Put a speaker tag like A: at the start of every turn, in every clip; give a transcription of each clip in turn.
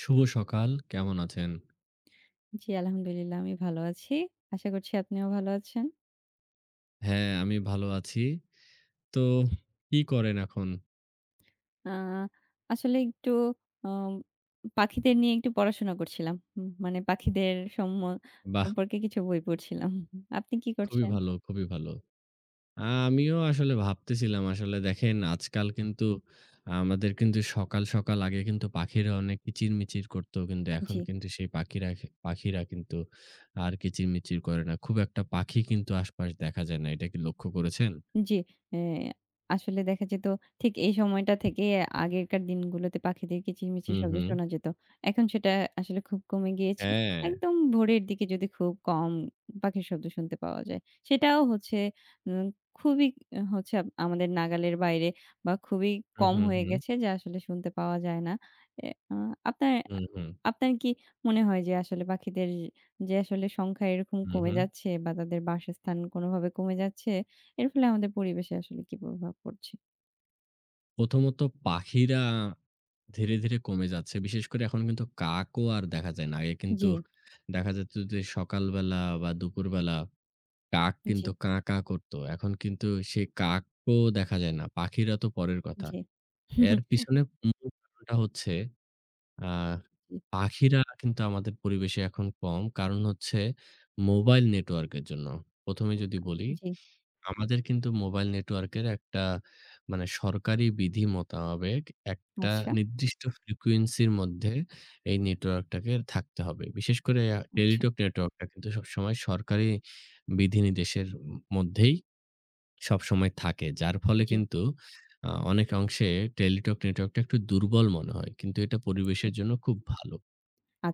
A: শুভ সকাল। কেমন আছেন?
B: জি, আলহামদুলিল্লাহ আমি ভালো আছি। আশা করছি আপনিও ভালো আছেন।
A: হ্যাঁ, আমি ভালো আছি। তো কি করেন এখন?
B: আ আসলে একটু আম পাখিদের নিয়ে একটু পড়াশোনা করছিলাম। মানে পাখিদের
A: বাহ!
B: সম্পর্কে কিছু বই পড়ছিলাম। আপনি কি
A: খুবই
B: করছেন?
A: ভালো, খুবই ভালো। আমিও আসলে ভাবতেছিলাম আসলে দেখেন আজকাল কিন্তু আমাদের কিন্তু সকাল, সকাল আগে কিন্তু পাখিরা অনেক কিচিরমিচির করত। কিন্তু এখন
B: জি।
A: কিন্তু সেই পাখিরা কিন্তু আর কিচিরমিচির করে না। খুব একটা পাখি কিন্তু আশপাশ দেখা যায় না। এটা কি লক্ষ্য করেছেন?
B: জি। এ আসলে দেখা যেত ঠিক এই সময়টা থেকে আগেরকার দিনগুলোতে পাখিদের কিচিরমিচির
A: হুম,
B: শব্দ
A: হুম।
B: শোনা যেত। এখন সেটা আসলে খুব কমে গিয়েছে।
A: হ্যাঁ।
B: একদম ভোরের দিকে যদি খুব কম পাখির শব্দ শুনতে পাওয়া যায়। সেটাও হচ্ছে উম খুবই হচ্ছে আমাদের নাগালের বাইরে বা খুবই
A: হুম,
B: কম
A: হুম,
B: হয়ে
A: হুম।
B: গেছে যে আসলে শুনতে পাওয়া যায় না। এ আ আপনার
A: হুম, হুম।
B: আপনার কি মনে হয় যে আসলে পাখিদের যে আসলে সংখ্যা এরকম
A: হুম,
B: কমে
A: হুম।
B: যাচ্ছে বা তাদের বাসস্থান কোনোভাবে কমে যাচ্ছে? এর ফলে আমাদের পরিবেশে আসলে কি প্রভাব পড়ছে?
A: প্রথমত পাখিরা ধীরে, ধীরে কমে যাচ্ছে। বিশেষ করে এখন কিন্তু কাকও আর দেখা যায় না। আগে কিন্তু
B: জি,
A: দেখা যেত যে সকালবেলা বা দুপুরবেলা কাক
B: জি,
A: কিন্তু কা, কা করত। এখন কিন্তু সেই কাকও দেখা যায় না। পাখিরা তো পরের কথা।
B: জি।
A: এর পিছনে মূল কারণটা হচ্ছে আ
B: জি,
A: পাখিরা কিন্তু আমাদের পরিবেশে এখন কম। কারণ হচ্ছে মোবাইল নেটওয়ার্কের জন্য। ১ম এ যদি বলি
B: জি।
A: আমাদের কিন্তু মোবাইল নেটওয়ার্কের একটা মানে সরকারি বিধি মোতাবেক একটা
B: আচ্ছা,
A: নির্দিষ্ট ফ্রিকোয়েন্সির মধ্যে এই নেটওয়ার্কটাকে থাকতে হবে। বিশেষ করে
B: আচ্ছা।
A: টেলিটক নেটওয়ার্কটা কিন্তু সবসময় সরকারি বিধিনির্দেশের মধ্যেই সবসময় থাকে। যার ফলে
B: জি,
A: কিন্তু অনেক অংশে টেলিটক নেটওয়ার্কটা একটু দুর্বল মনে হয়। কিন্তু এটা
B: জি।
A: পরিবেশের জন্য খুব ভালো।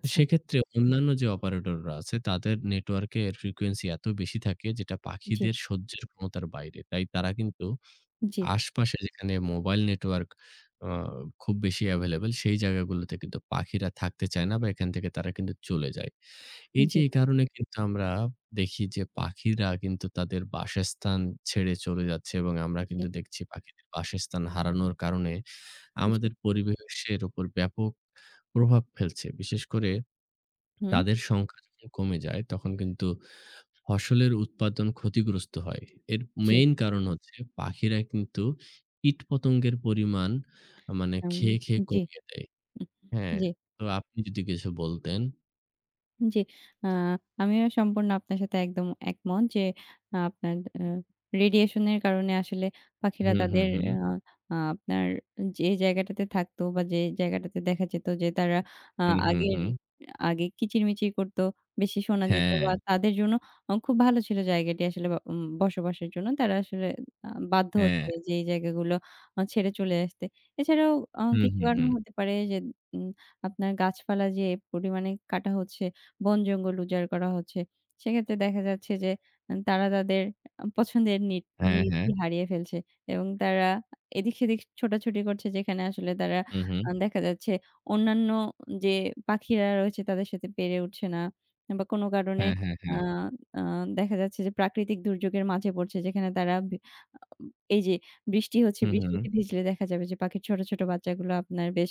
A: তো সেক্ষেত্রে অন্যান্য যে অপারেটররা আছে তাদের নেটওয়ার্কের ফ্রিকোয়েন্সি এত বেশি থাকে যেটা
B: জি,
A: পাখিদের সহ্যের ক্ষমতার বাইরে। তাই তারা কিন্তু
B: জি,
A: আশপাশে যেখানে মোবাইল নেটওয়ার্ক আ খুব বেশি এভেইলেবল সেই জায়গাগুলোতে কিন্তু পাখিরা থাকতে চায় না বা এখান থেকে তারা কিন্তু চলে যায়। এই যে
B: জি,
A: এই কারণে কিন্তু আমরা দেখি যে পাখিরা কিন্তু তাদের বাসস্থান ছেড়ে চলে যাচ্ছে এবং আমরা
B: জি,
A: কিন্তু দেখছি পাখিদের বাসস্থান হারানোর কারণে
B: জি।
A: আমাদের পরিবেশের উপর ব্যাপক প্রভাব ফেলছে। বিশেষ করে
B: হুম।
A: তাদের সংখ্যা যখন কমে যায়, তখন কিন্তু ফসলের উৎপাদন ক্ষতিগ্রস্ত হয়। এর
B: জি,
A: মেইন কারণ হচ্ছে পাখিরা কিন্তু কীটপতঙ্গের পরিমাণ মানে
B: আম
A: খেয়ে, খেয়ে
B: জি,
A: কমিয়ে দেয়।
B: উম
A: হ্যাঁ,
B: জি।
A: তো আপনি যদি কিছু বলতেন?
B: জি। আ আমিও সম্পূর্ণ আপনার সাথে একদম একমত যে আ আপনার আ রেডিয়েশন এর কারণে আসলে পাখিরা
A: হুম, হুম,
B: তাদের
A: হুম।
B: আ আ আপনার যে জায়গাটাতে থাকতো বা যে জায়গাটাতে দেখা যেত যে তারা আ
A: হুম, হুম,
B: আগের
A: হুম।
B: আগে কিচিরমিচির করত, বেশি শোনা যেত
A: হ্যাঁ,
B: বা তাদের জন্য খুব ভালো ছিল জায়গাটি আসলে ব উম বসবাসের জন্য। তারা আসলে বাধ্য
A: হ্যাঁ।
B: হচ্ছে যে এই জায়গাগুলো ছেড়ে চলে আসতে। এছাড়াও
A: হুম,
B: কিছু
A: হুম,
B: কারণ
A: হুম।
B: হতে পারে যে উম আপনার গাছপালা যে পরিমাণে কাটা হচ্ছে বন-জঙ্গল উজাড় করা হচ্ছে। সেক্ষেত্রে দেখা যাচ্ছে যে তারা তাদের আ পছন্দের নি
A: হ্যাঁ, হ্যাঁ।
B: নিজটি হারিয়ে ফেলছে এবং তারা এদিক-সেদিক ছোটাছুটি করছে যেখানে আসলে তারা
A: হুম, হুম।
B: দেখা যাচ্ছে অন্যান্য যে পাখিরা রয়েছে তাদের সাথে পেরে উঠছে না বা কোনো কারণে
A: হ্যাঁ, হ্যাঁ।
B: আ আ দেখা যাচ্ছে যে প্রাকৃতিক দুর্যোগের মাঝে পড়ছে যেখানে তারা এই যে বৃষ্টি হচ্ছে,
A: হুম, হুম।
B: বৃষ্টিতে ভিজলে দেখা যাবে যে পাখির ছোট, ছোট বাচ্চাগুলো আপনার বেশ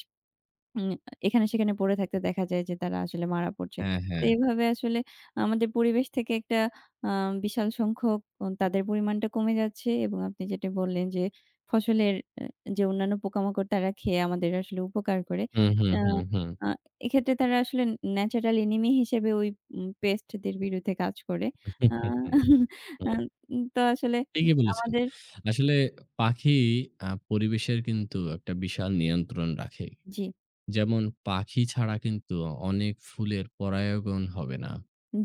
B: উম এখানে সেখানে পড়ে থাকতে দেখা যায় যে তারা আসলে মারা পড়ছে।
A: হ্যাঁ,
B: তো
A: হ্যাঁ।
B: এভাবে আসলে আমাদের পরিবেশ থেকে একটা আ বিশাল সংখ্যক তাদের পরিমাণটা কমে যাচ্ছে এবং আপনি যেটা বললেন যে ফসলের যে অন্যান্য পোকামাকড় তারা খেয়ে আমাদের আসলে উপকার করে।
A: হুম, হুম,
B: আ
A: হুম, হুম।
B: আ এক্ষেত্রে তারা আসলে ন্যাচারাল এনিমি হিসেবে ওই পেস্টদের বিরুদ্ধে কাজ করে।
A: হুম,
B: আ
A: হুম
B: আ
A: হুম হুম।
B: তো আসলে
A: ঠিকই বলেছেন।
B: আমাদের
A: আসলে পাখি পরিবেশের কিন্তু একটা বিশাল নিয়ন্ত্রণ রাখে।
B: জি,
A: যেমন পাখি ছাড়া কিন্তু অনেক ফুলের পরাগায়ন হবে না।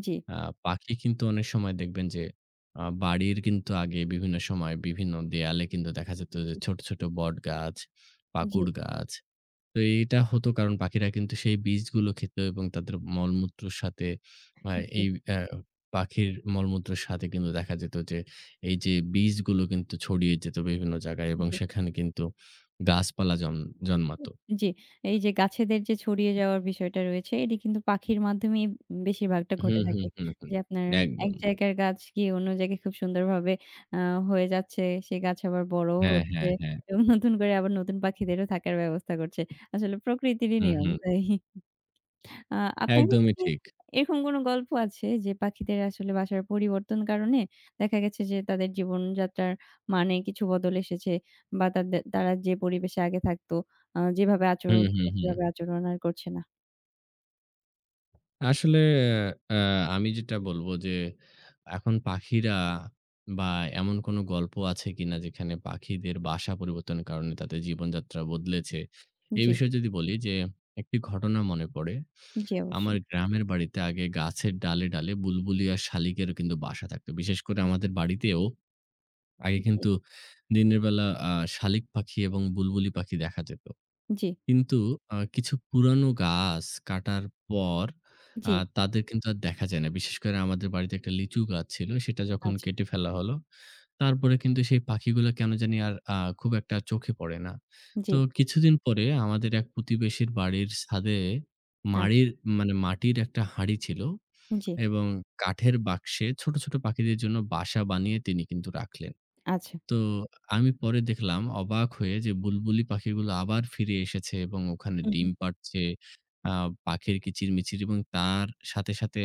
B: জি,
A: আ পাখি কিন্তু অনেক সময় দেখবেন যে বাড়ির কিন্তু আগে বিভিন্ন সময় বিভিন্ন দেয়ালে কিন্তু দেখা যেত যে
B: জি,
A: ছোট, ছোট বটগাছ,
B: জি,
A: পাকুড় গাছ। তো এইটা হতো কারণ পাখিরা কিন্তু সেই বীজগুলো খেত এবং তাদের মলমূত্রর সাথে আ
B: জি,
A: এই অ্যা পাখির মলমূত্রের সাথে কিন্তু দেখা যেত যে এই যে বীজগুলো কিন্তু ছড়িয়ে যেত বিভিন্ন জায়গায় এবং
B: জি।
A: সেখানে কিন্তু গাছপালা জন্মাতো।
B: জি, এই যে গাছেদের যে ছড়িয়ে যাওয়ার বিষয়টা রয়েছে, এটি কিন্তু পাখির মাধ্যমেই বেশিরভাগটা
A: হুম,
B: ঘটে
A: হুম,
B: থাকে।
A: হুম, হুম।
B: যে আপনার এক
A: একদম।
B: জায়গার গাছ গিয়ে অন্য জায়গায় খুব সুন্দরভাবে আ হয়ে যাচ্ছে। সেই গাছ আবার বড়ও
A: হ্যাঁ,
B: হচ্ছে
A: হ্যাঁ, হ্যাঁ।
B: এবং নতুন করে আবার নতুন পাখিদেরও থাকার ব্যবস্থা করছে। আসলে প্রকৃতিরই
A: হুম,
B: নিয়ম,
A: হুম।
B: তাই। আ আপনার কাছে
A: একদমই
B: কি
A: ঠিক।
B: এরকম কোনো গল্প আছে যে পাখিদের আসলে বাসার পরিবর্তন কারণে দেখা গেছে যে তাদের জীবনযাত্রার মানে কিছু বদল এসেছে বা তাদের তারা যে পরিবেশে আগে থাকতো যেভাবে আচরণ
A: হুম, হুম,
B: করতো
A: হুম।
B: সেভাবে আচরণ আর করছে না?
A: আসলে আ আমি যেটা বলব যে এখন পাখিরা বা এমন কোন গল্প আছে কিনা যেখানে পাখিদের বাসা পরিবর্তনের কারণে তাদের জীবনযাত্রা বদলেছে। এই
B: জি,
A: বিষয়ে যদি বলি যে একটি ঘটনা মনে পড়ে।
B: জি
A: আমার
B: অবশ্যই।
A: গ্রামের বাড়িতে আগে গাছের ডালে, ডালে বুলবুলি আর শালিকেরও কিন্তু বাসা থাকত। বিশেষ করে
B: জি,
A: আমাদের বাড়িতেও আগে
B: জি,
A: কিন্তু দিনের বেলা শালিক পাখি এবং বুলবুলি পাখি দেখা যেত।
B: জি,
A: কিন্তু কিছু পুরানো গাছ কাটার পর
B: জি,
A: তাদের কিন্তু আর দেখা যায় না। বিশেষ করে আমাদের বাড়িতে একটা লিচু গাছ ছিল। সেটা যখন
B: আচ্ছা,
A: কেটে ফেলা হলো, তারপরে কিন্তু সেই পাখিগুলো কেন জানি আর খুব একটা চোখে পড়ে না।
B: জি,
A: তো কিছুদিন পরে আমাদের এক প্রতিবেশীর বাড়ির ছাদে
B: আচ্ছা,
A: মাড়ির মানে মাটির একটা হাঁড়ি ছিল
B: জি,
A: এবং কাঠের বাক্সে ছোট, ছোট পাখিদের জন্য বাসা বানিয়ে তিনি কিন্তু রাখলেন।
B: আচ্ছা।
A: তো আমি পরে দেখলাম অবাক হয়ে যে বুলবুলি পাখিগুলো আবার ফিরে এসেছে এবং ওখানে
B: হু, হু।
A: ডিম পাড়ছে। আ পাখির কিচিরমিচির এবং তার সাথে, সাথে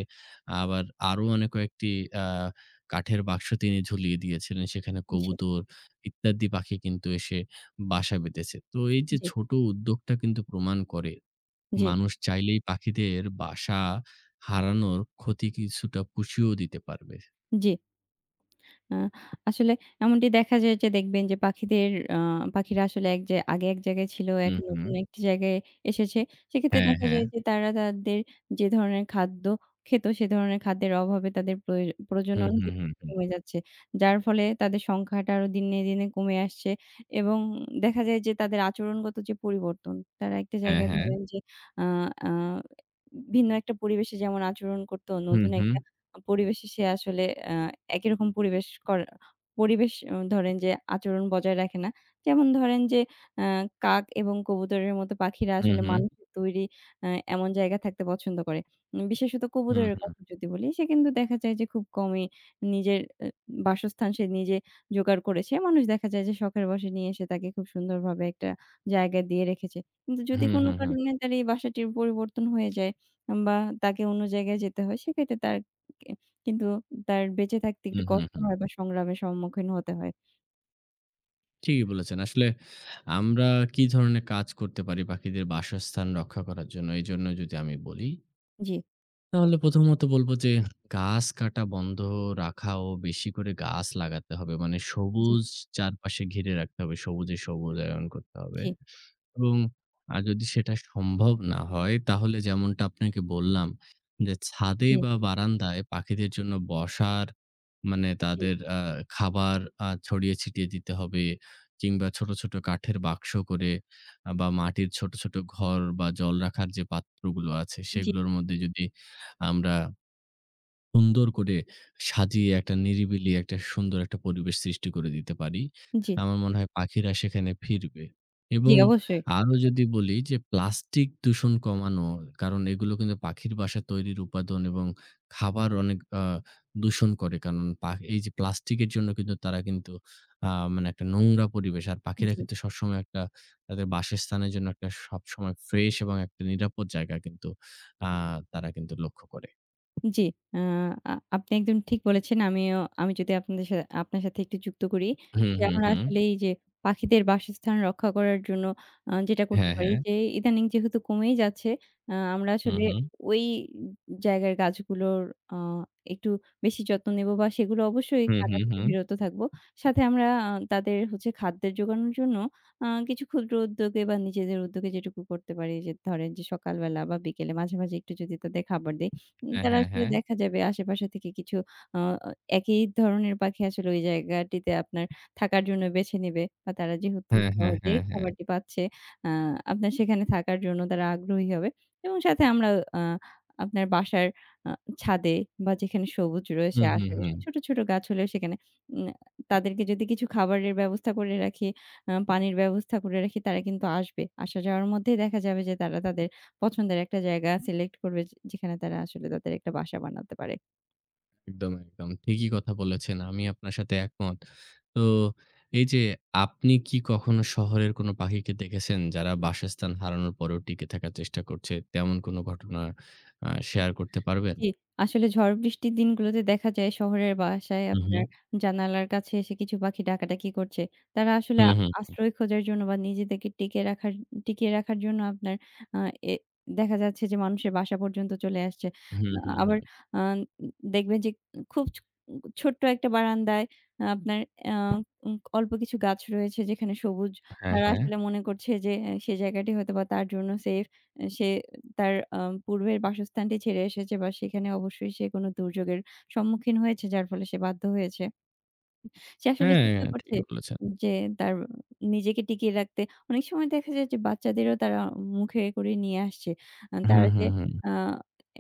A: আবার আরো অনেক কয়েকটি আ কাঠের বাক্স তিনি ঝুলিয়ে দিয়েছিলেন। সেখানে
B: জি,
A: কবুতর ইত্যাদি পাখি কিন্তু এসে বাসা বেঁধেছে। তো এই যে
B: জি,
A: ছোট উদ্যোগটা কিন্তু প্রমাণ করে
B: জি,
A: মানুষ চাইলেই পাখিদের বাসা হারানোর ক্ষতি কিছুটা পুষিয়েও দিতে পারবে।
B: জি। আ আসলে এমনটি দেখা যায় যে দেখবেন যে পাখিদের আ পাখিরা আসলে এক জায় আগে এক জায়গায় ছিল,
A: হুম,
B: এখন
A: হুম।
B: নতুন একটি জায়গায় এসেছে। সেক্ষেত্রে
A: হ্যাঁ,
B: দেখা
A: হ্যাঁ।
B: যায় যে তারা তাদের যে ধরনের খাদ্য খেত, সে ধরনের খাদ্যের অভাবে তাদের
A: হুম,
B: প্রজনন
A: হুম,
B: দিন
A: হুম,
B: দিন
A: হুম।
B: কমে যাচ্ছে। যার ফলে তাদের সংখ্যাটা আরো দিনে, দিনে কমে আসছে এবং দেখা যায় যে তাদের আচরণগত যে পরিবর্তন, তারা একটা
A: হ্যাঁ,
B: জায়গায়
A: হ্যাঁ।
B: ধরেন যে আ আ ভিন্ন একটা পরিবেশে যেমন আচরণ করত,
A: হুম,
B: নতুন
A: হুম,
B: একটা পরিবেশে সে আসলে আ একই রকম পরিবেশ ধরেন যে আচরণ বজায় রাখে না। যেমন ধরেন যে আ কাক এবং কবুতরের মতো পাখিরা
A: হুম,
B: আসলে
A: হুম,
B: মানুষের তৈরি আ এমন জায়গায় থাকতে পছন্দ করে। বিশেষত
A: হুম,
B: কবুতরের কথা যদি বলি, সে কিন্তু দেখা যায় যে খুব কমই নিজের এ বাসস্থান সে নিজে জোগাড় করেছে। মানুষ দেখা যায় যে শখের বশে নিয়ে এসে তাকে খুব সুন্দরভাবে একটা জায়গায় দিয়ে রেখেছে। কিন্তু যদি
A: হুম,
B: কোনো
A: হুম, হুম,
B: কারণে তার এই বাসাটির পরিবর্তন হয়ে যায় বা তাকে অন্য জায়গায় যেতে হয়, সেক্ষেত্রে তার কি কিন্তু তার বেঁচে থাকতে
A: হুম,
B: একটু
A: হুম,
B: কষ্ট
A: হুম।
B: হয় বা সংগ্রামের সম্মুখীন হতে হয়।
A: ঠিকই বলেছেন। আসলে আমরা কি ধরনের কাজ করতে পারি পাখিদের বাসস্থান রক্ষা করার জন্য? এজন্য যদি আমি বলি
B: জি,
A: তাহলে প্রথমত বলব যে, গাছ কাটা বন্ধ রাখা ও বেশি করে গাছ লাগাতে হবে। মানে
B: জি,
A: সবুজ চারপাশে ঘিরে রাখতে হবে। সবুজে সবুজায়ন করতে হবে
B: জি,
A: এবং যদি সেটা সম্ভব না হয় তাহলে যেমনটা আপনাকে বললাম যে, ছাদে
B: জি,
A: বা বারান্দায় পাখিদের জন্য বসার মানে
B: জি,
A: তাদের খাবার ছড়িয়ে ছিটিয়ে দিতে হবে কিংবা ছোট, ছোট কাঠের বাক্স করে বা মাটির ছোট, ছোট ঘর বা জল রাখার যে পাত্রগুলো আছে
B: জি,
A: সেগুলোর মধ্যে যদি আমরা সুন্দর করে সাজিয়ে একটা নিরিবিলি একটা সুন্দর একটা পরিবেশ সৃষ্টি করে দিতে পারি।
B: জি,
A: আমার মনে হয় পাখিরা সেখানে ফিরবে।
B: জি
A: এবং
B: অবশ্যই।
A: আরো যদি বলি যে প্লাস্টিক দূষণ কমানো, কারণ এগুলো কিন্তু পাখির বাসা তৈরির উপাদান এবং খাবার অনেক দূষণ করে। কারণ এই যে প্লাস্টিকের জন্য কিন্তু তারা কিন্তু মানে একটা নোংরা পরিবেশ। আর পাখিরা
B: জি।
A: কিন্তু সবসময় একটা তাদের বাসস্থানের জন্য একটা সবসময় ফ্রেশ এবং একটা নিরাপদ জায়গা কিন্তু আ তারা কিন্তু লক্ষ্য করে।
B: জি। আ আ আপনি একদম ঠিক বলেছেন। আমিও আমি যদি আপনাদের সা আপনার সাথে একটু যুক্ত করি
A: হুম,
B: যে
A: হুম,
B: আমরা
A: হুম।
B: আসলে এই যে পাখিদের বাসস্থান রক্ষা করার জন্য যেটা করতে
A: হ্যাঁ,
B: পারি
A: হ্যাঁ।
B: যে ইদানিং যেহেতু কমেই যাচ্ছে, আমরা
A: হুম,
B: আসলে
A: হুম।
B: ওই জায়গার গাছগুলোর আ একটু বেশি যত্ন নেব বা সেগুলো অবশ্যই
A: হুম,
B: কাটা
A: হুম,
B: থেকে
A: হুম।
B: বিরত থাকব। সাথে আমরা তাদের হচ্ছে খাদ্যের জোগানোর জন্য কিছু ক্ষুদ্র উদ্যোগে বা নিজেদের উদ্যোগে যেটুকু করতে পারি যে ধরেন যে সকালবেলা বা বিকেলে মাঝে, মাঝে একটু যদি তাদের খাবার দেই
A: হ্যাঁ,
B: তারা
A: হ্যাঁ,
B: আসলে
A: হ্যাঁ।
B: দেখা যাবে আশেপাশে থেকে কিছু আ একই ধরনের পাখি আসলে ওই জায়গাটিতে আপনার থাকার জন্য বেছে নেবে বা তারা যেহেতু
A: হ্যাঁ, হ্যাঁ,
B: সহজেই
A: হ্যাঁ, হ্যাঁ।
B: খাবারটি পাচ্ছে, আ আপনার সেখানে থাকার জন্য তারা আগ্রহী হবে এবং সাথে আমরা আ আপনার বাসার আ ছাদে বা যেখানে সবুজ রয়েছে
A: হুম, হুম,
B: আশেপাশে
A: হুম।
B: ছোট, ছোট গাছ হলেও সেখানে উম তাদেরকে যদি কিছু খাবারের ব্যবস্থা করে রাখি, পানির ব্যবস্থা করে রাখি তারা কিন্তু আসবে। আসা যাওয়ার মধ্যেই দেখা যাবে যে তারা তাদের পছন্দের একটা জায়গা সিলেক্ট করবে যে যেখানে তারা আসলে তাদের একটা বাসা বানাতে পারে।
A: একদম, একদম। ঠিকই কথা বলেছেন। আমি আপনার সাথে একমত। তো এই যে আপনি কি কখনো শহরের কোনো পাখিকে দেখেছেন যারা বাসস্থান হারানোর পরেও টিকে থাকার চেষ্টা করছে? তেমন কোনো ঘটনা শেয়ার করতে পারবেন?
B: জি, আসলে ঝড় বৃষ্টির দিনগুলোতে দেখা যায় শহরের বাসায়
A: হুম, হুম।
B: আপনার জানালার কাছে এসে কিছু পাখি ডাকাডাকি করছে। তারা আসলে
A: হুম, হুম।
B: আশ্রয় খোঁজার জন্য বা নিজেদেরকে টিকিয়ে রাখার জন্য আপনার আ এ দেখা যাচ্ছে যে মানুষের বাসা পর্যন্ত চলে আসছে।
A: হুম, হুম,
B: আবার
A: হুম।
B: আ দেখবেন যে খুব ছোট্ট একটা বারান্দায় আপনার আ উম অল্প কিছু গাছ রয়েছে যেখানে সবুজ।
A: হ্যাঁ,
B: তারা
A: হ্যাঁ।
B: আসলে মনে করছে যে আহ, সে জায়গাটি হয়তোবা তার জন্য সেফ। সে তার পূর্বের বাসস্থানটি ছেড়ে এসেছে বা সেখানে অবশ্যই সে কোনো দুর্যোগের সম্মুখীন হয়েছে, যার ফলে সে বাধ্য হয়েছে। সে আসলে
A: হ্যাঁ,
B: চেষ্টা করছে
A: ঠিকই বলেছেন।
B: যে তার নিজেকে টিকিয়ে রাখতে। অনেক সময় দেখা যায় যে বাচ্চাদেরও তারা মুখে করে নিয়ে আসছে।
A: হুম,
B: তারা যে
A: হুম, হুম।
B: আ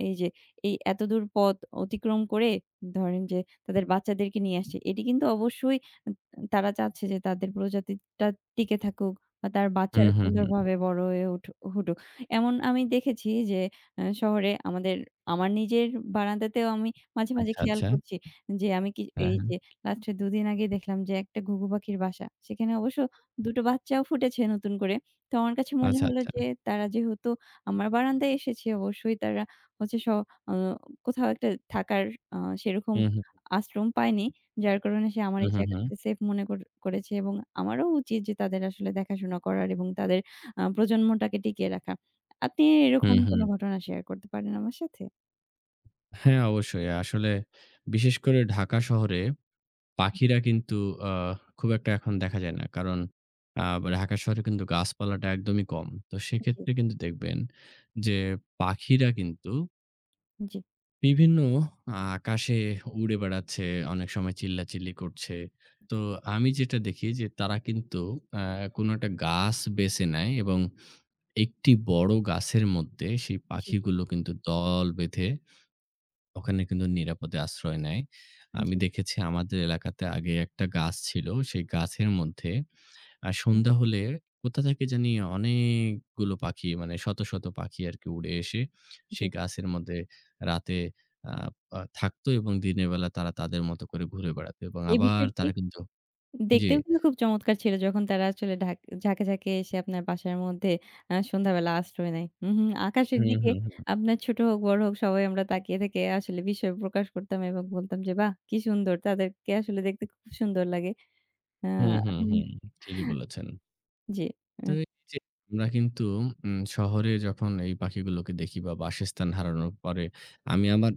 B: এই যে এই এতদূর পথ অতিক্রম করে ধরেন যে তাদের বাচ্চাদেরকে নিয়ে আসছে। এটি কিন্তু অবশ্যই তারা চাচ্ছে যে তাদের প্রজাতিটা টিকে থাকুক বা তার
A: হুম,
B: বাচ্চারা
A: হুম, হুম।
B: সুন্দরভাবে বড় হয়ে উঠুক। এমন আমি দেখেছি যে শহরে আমাদের আমার নিজের বারান্দাতেও আমি মাঝে, মাঝে
A: আচ্ছা,
B: খেয়াল
A: আচ্ছা।
B: করছি যে আমি কি
A: হ্যাঁ,
B: এই
A: হ্যাঁ।
B: যে লাস্টে ২ দিন আগেই দেখলাম যে একটা ঘুঘু পাখির বাসা। সেখানে অবশ্য ২ টো বাচ্চাও ফুটেছে নতুন করে। তো আমার কাছে মনে
A: আচ্ছা,
B: হলো
A: আচ্ছা।
B: যে তারা যেহেতু আমার বারান্দায় এসেছে অবশ্যই তারা হচ্ছে স আ কোথাও একটা থাকার আ সেরকম
A: হুম, হুম।
B: আশ্রম পায়নি। যার কারণে সে আমার
A: হুম,
B: এই
A: হুম, হুম।
B: জায়গাটাতে সেফ মনে করে করেছে এবং আমারও উচিত যে তাদের আসলে দেখাশোনা করার এবং তাদের প্রজন্মটাকে টিকিয়ে রাখা। আপনি
A: হুম,
B: এরকম
A: হুম।
B: কোনো ঘটনা শেয়ার করতে পারেন আমার সাথে?
A: হ্যাঁ, অবশ্যই। আসলে বিশেষ করে ঢাকা শহরে
B: জি,
A: পাখিরা কিন্তু আ খুব একটা এখন দেখা যায় না। কারণ আ ঢাকা শহরে কিন্তু গাছপালাটা একদমই কম। তো
B: জি,
A: সেক্ষেত্রে কিন্তু দেখবেন যে পাখিরা কিন্তু
B: জি,
A: বিভিন্ন আকাশে উড়ে বেড়াচ্ছে, অনেক সময় চিল্লাচিল্লি করছে। তো আমি যেটা দেখি যে তারা কিন্তু আ কোনো একটা গাছ বেছে নেয় এবং একটি বড় গাছের মধ্যে সেই
B: জি,
A: পাখিগুলো কিন্তু দল বেঁধে ওখানে কিন্তু নিরাপদে আশ্রয় নেয়। আমি
B: জি,
A: দেখেছি আমাদের এলাকাতে আগে একটা গাছ ছিল। সেই গাছের মধ্যে
B: জি,
A: সন্ধ্যা হলে কোথা থেকে জানি অনেকগুলো পাখি মানে শত, শত পাখি আরকি উড়ে এসে
B: জি।
A: সেই গাছের মধ্যে রাতে আ আ থাকতো এবং দিনের বেলা তারা তাদের মতো করে ঘুরে বেড়াতো এবং
B: এই
A: আবার
B: বিষয়টি
A: তারা কিন্তু জি।
B: দেখতেও কিন্তু খুব চমৎকার ছিল যখন তারা আসলে ঝাঁকে, ঝাঁকে এসে আপনার বাসার মধ্যে সন্ধ্যাবেলা আশ্রয় নেয়। হুম, হুম। আকাশের
A: হুম,
B: দিকে
A: হুম,
B: আপনার ছোট হোক, বড় হোক সবাই আমরা তাকিয়ে থেকে আসলে বিস্ময় প্রকাশ করতাম এবং বলতাম যে, "বাহ! কি সুন্দর।" তাদেরকে আসলে দেখতে খুব সুন্দর লাগে। আ
A: হুম, হুম, হুম, ঠিকই
B: হুম,
A: বলেছেন।
B: জি। আ
A: তো এই যে আমরা কিন্তু শহরে যখন এই পাখিগুলোকে দেখি বা বাসস্থান হারানোর পরে আমি আমার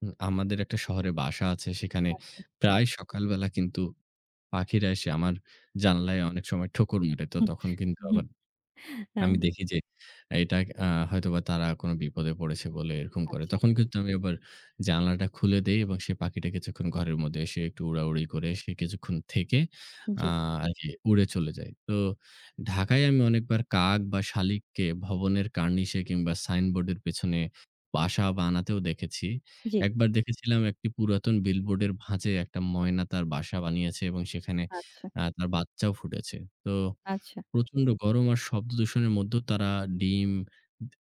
A: আমাদের একটা শহরে বাসা আছে। সেখানে
B: আচ্ছা।
A: প্রায় সকালবেলা কিন্তু পাখিরা এসে আমার জানালায় অনেক সময় ঠোকর মারে। তো
B: হুম,
A: তখন কিন্তু
B: হুম।
A: আবার
B: আ
A: আমি দেখি যে এটা হয়তোবা তারা কোনো বিপদে পড়েছে বলে এরকম করে।
B: আচ্ছা।
A: তখন কিন্তু আমি আবার জানালাটা খুলে দেই এবং সে পাখিটা কিছুক্ষণ ঘরের মধ্যে এসে একটু উড়াউড়ি করে সে কিছুক্ষণ থেকে আ
B: জি,
A: আরকি উড়ে চলে যায়। তো ঢাকায় আমি অনেকবার কাক বা শালিককে ভবনের কার্নিশে কিংবা সাইনবোর্ডের পেছনে বাসা বানাতেও দেখেছি।
B: জি।
A: একবার দেখেছিলাম একটি পুরাতন বিলবোর্ডের ভাঁজে একটা ময়না তার বাসা বানিয়েছে এবং সেখানে
B: আচ্ছা,
A: তার বাচ্চাও ফুটেছে। তো
B: আচ্ছা।
A: প্রচন্ড গরম আর শব্দদূষণের মধ্যেও তারা ডিম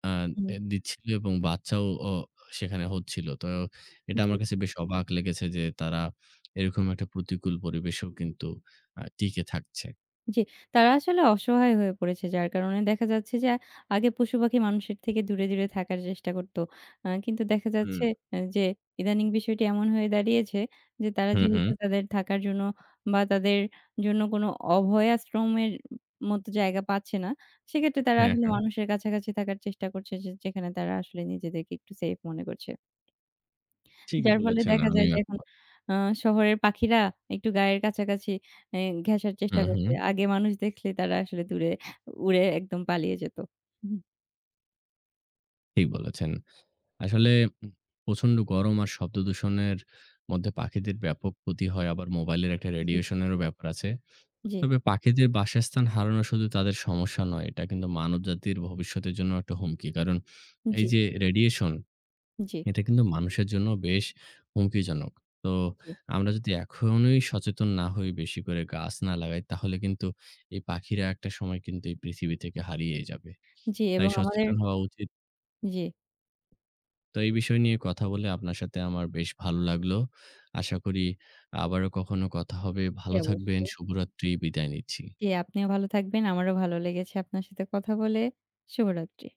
A: আ
B: হুম,
A: এ দিচ্ছিল এবং বাচ্চাও সেখানে হচ্ছিল। তো এটা
B: জি।
A: আমার কাছে বেশ অবাক লেগেছে যে তারা এরকম একটা প্রতিকূল পরিবেশেও কিন্তু টিকে থাকছে।
B: জি, তারা আসলে অসহায় হয়ে পড়েছে। যার কারণে দেখা যাচ্ছে যে আগে পশুপাখি মানুষের থেকে দূরে, দূরে থাকার চেষ্টা করত। কিন্তু দেখা
A: হুম,
B: যাচ্ছে যে ইদানিং বিষয়টি এমন হয়ে দাঁড়িয়েছে যে তারা
A: হুম, হুম।
B: যেহেতু তাদের থাকার জন্য বা তাদের জন্য কোনো অভয়াশ্রমের মতো জায়গা পাচ্ছে না, সেক্ষেত্রে তারা
A: হ্যাঁ,
B: আসলে
A: হ্যাঁ।
B: মানুষের কাছাকাছি থাকার চেষ্টা করছে যে যেখানে তারা আসলে নিজেদেরকে একটু সেফ মনে করছে।
A: ঠিকই
B: যার ফলে
A: বলেছেন।
B: দেখা যায়
A: আমিও
B: যে এখন
A: একমত।
B: আ শহরের পাখিরা একটু গায়ের কাছাকাছি এ ঘেঁষার চেষ্টা
A: হুম, হুম।
B: করছে। আগে মানুষ দেখলে তারা আসলে দূরে উড়ে একদম পালিয়ে যেত। হুম,
A: ঠিক বলেছেন। আসলে উম প্রচন্ড গরম আর শব্দদূষণের মধ্যে পাখিদের ব্যাপক ক্ষতি হয়। আবার মোবাইলের একটা
B: জি,
A: রেডিয়েশন এরও ব্যাপার আছে।
B: জি,
A: তবে পাখিদের বাসস্থান হারানো শুধু তাদের সমস্যা নয়, এটা কিন্তু মানবজাতির ভবিষ্যতের জন্য একটা হুমকি। কারণ এই
B: জি,
A: যে রেডিয়েশন,
B: জি,
A: এটা কিন্তু মানুষের জন্য বেশ হুমকিজনক। তো
B: জি,
A: আমরা যদি এখনই সচেতন না হই, বেশি করে গাছ না লাগাই, তাহলে কিন্তু এই পাখিরা একটা সময় কিন্তু এই পৃথিবী থেকে হারিয়ে যাবে।
B: জি
A: তাই
B: এবং আমাদের
A: সচেতন হওয়া উচিত।
B: জি,
A: তো এই বিষয় নিয়ে কথা বলে আপনার সাথে আমার বেশ ভালো লাগলো। আশা করি আবারও কখনো কথা হবে।
B: জি
A: ভালো থাকবেন।
B: অবশ্যই।
A: শুভরাত্রি। বিদায় নিচ্ছি।
B: জি, আপনিও ভালো থাকবেন। আমারও ভালো লেগেছে আপনার সাথে কথা বলে। শুভরাত্রি।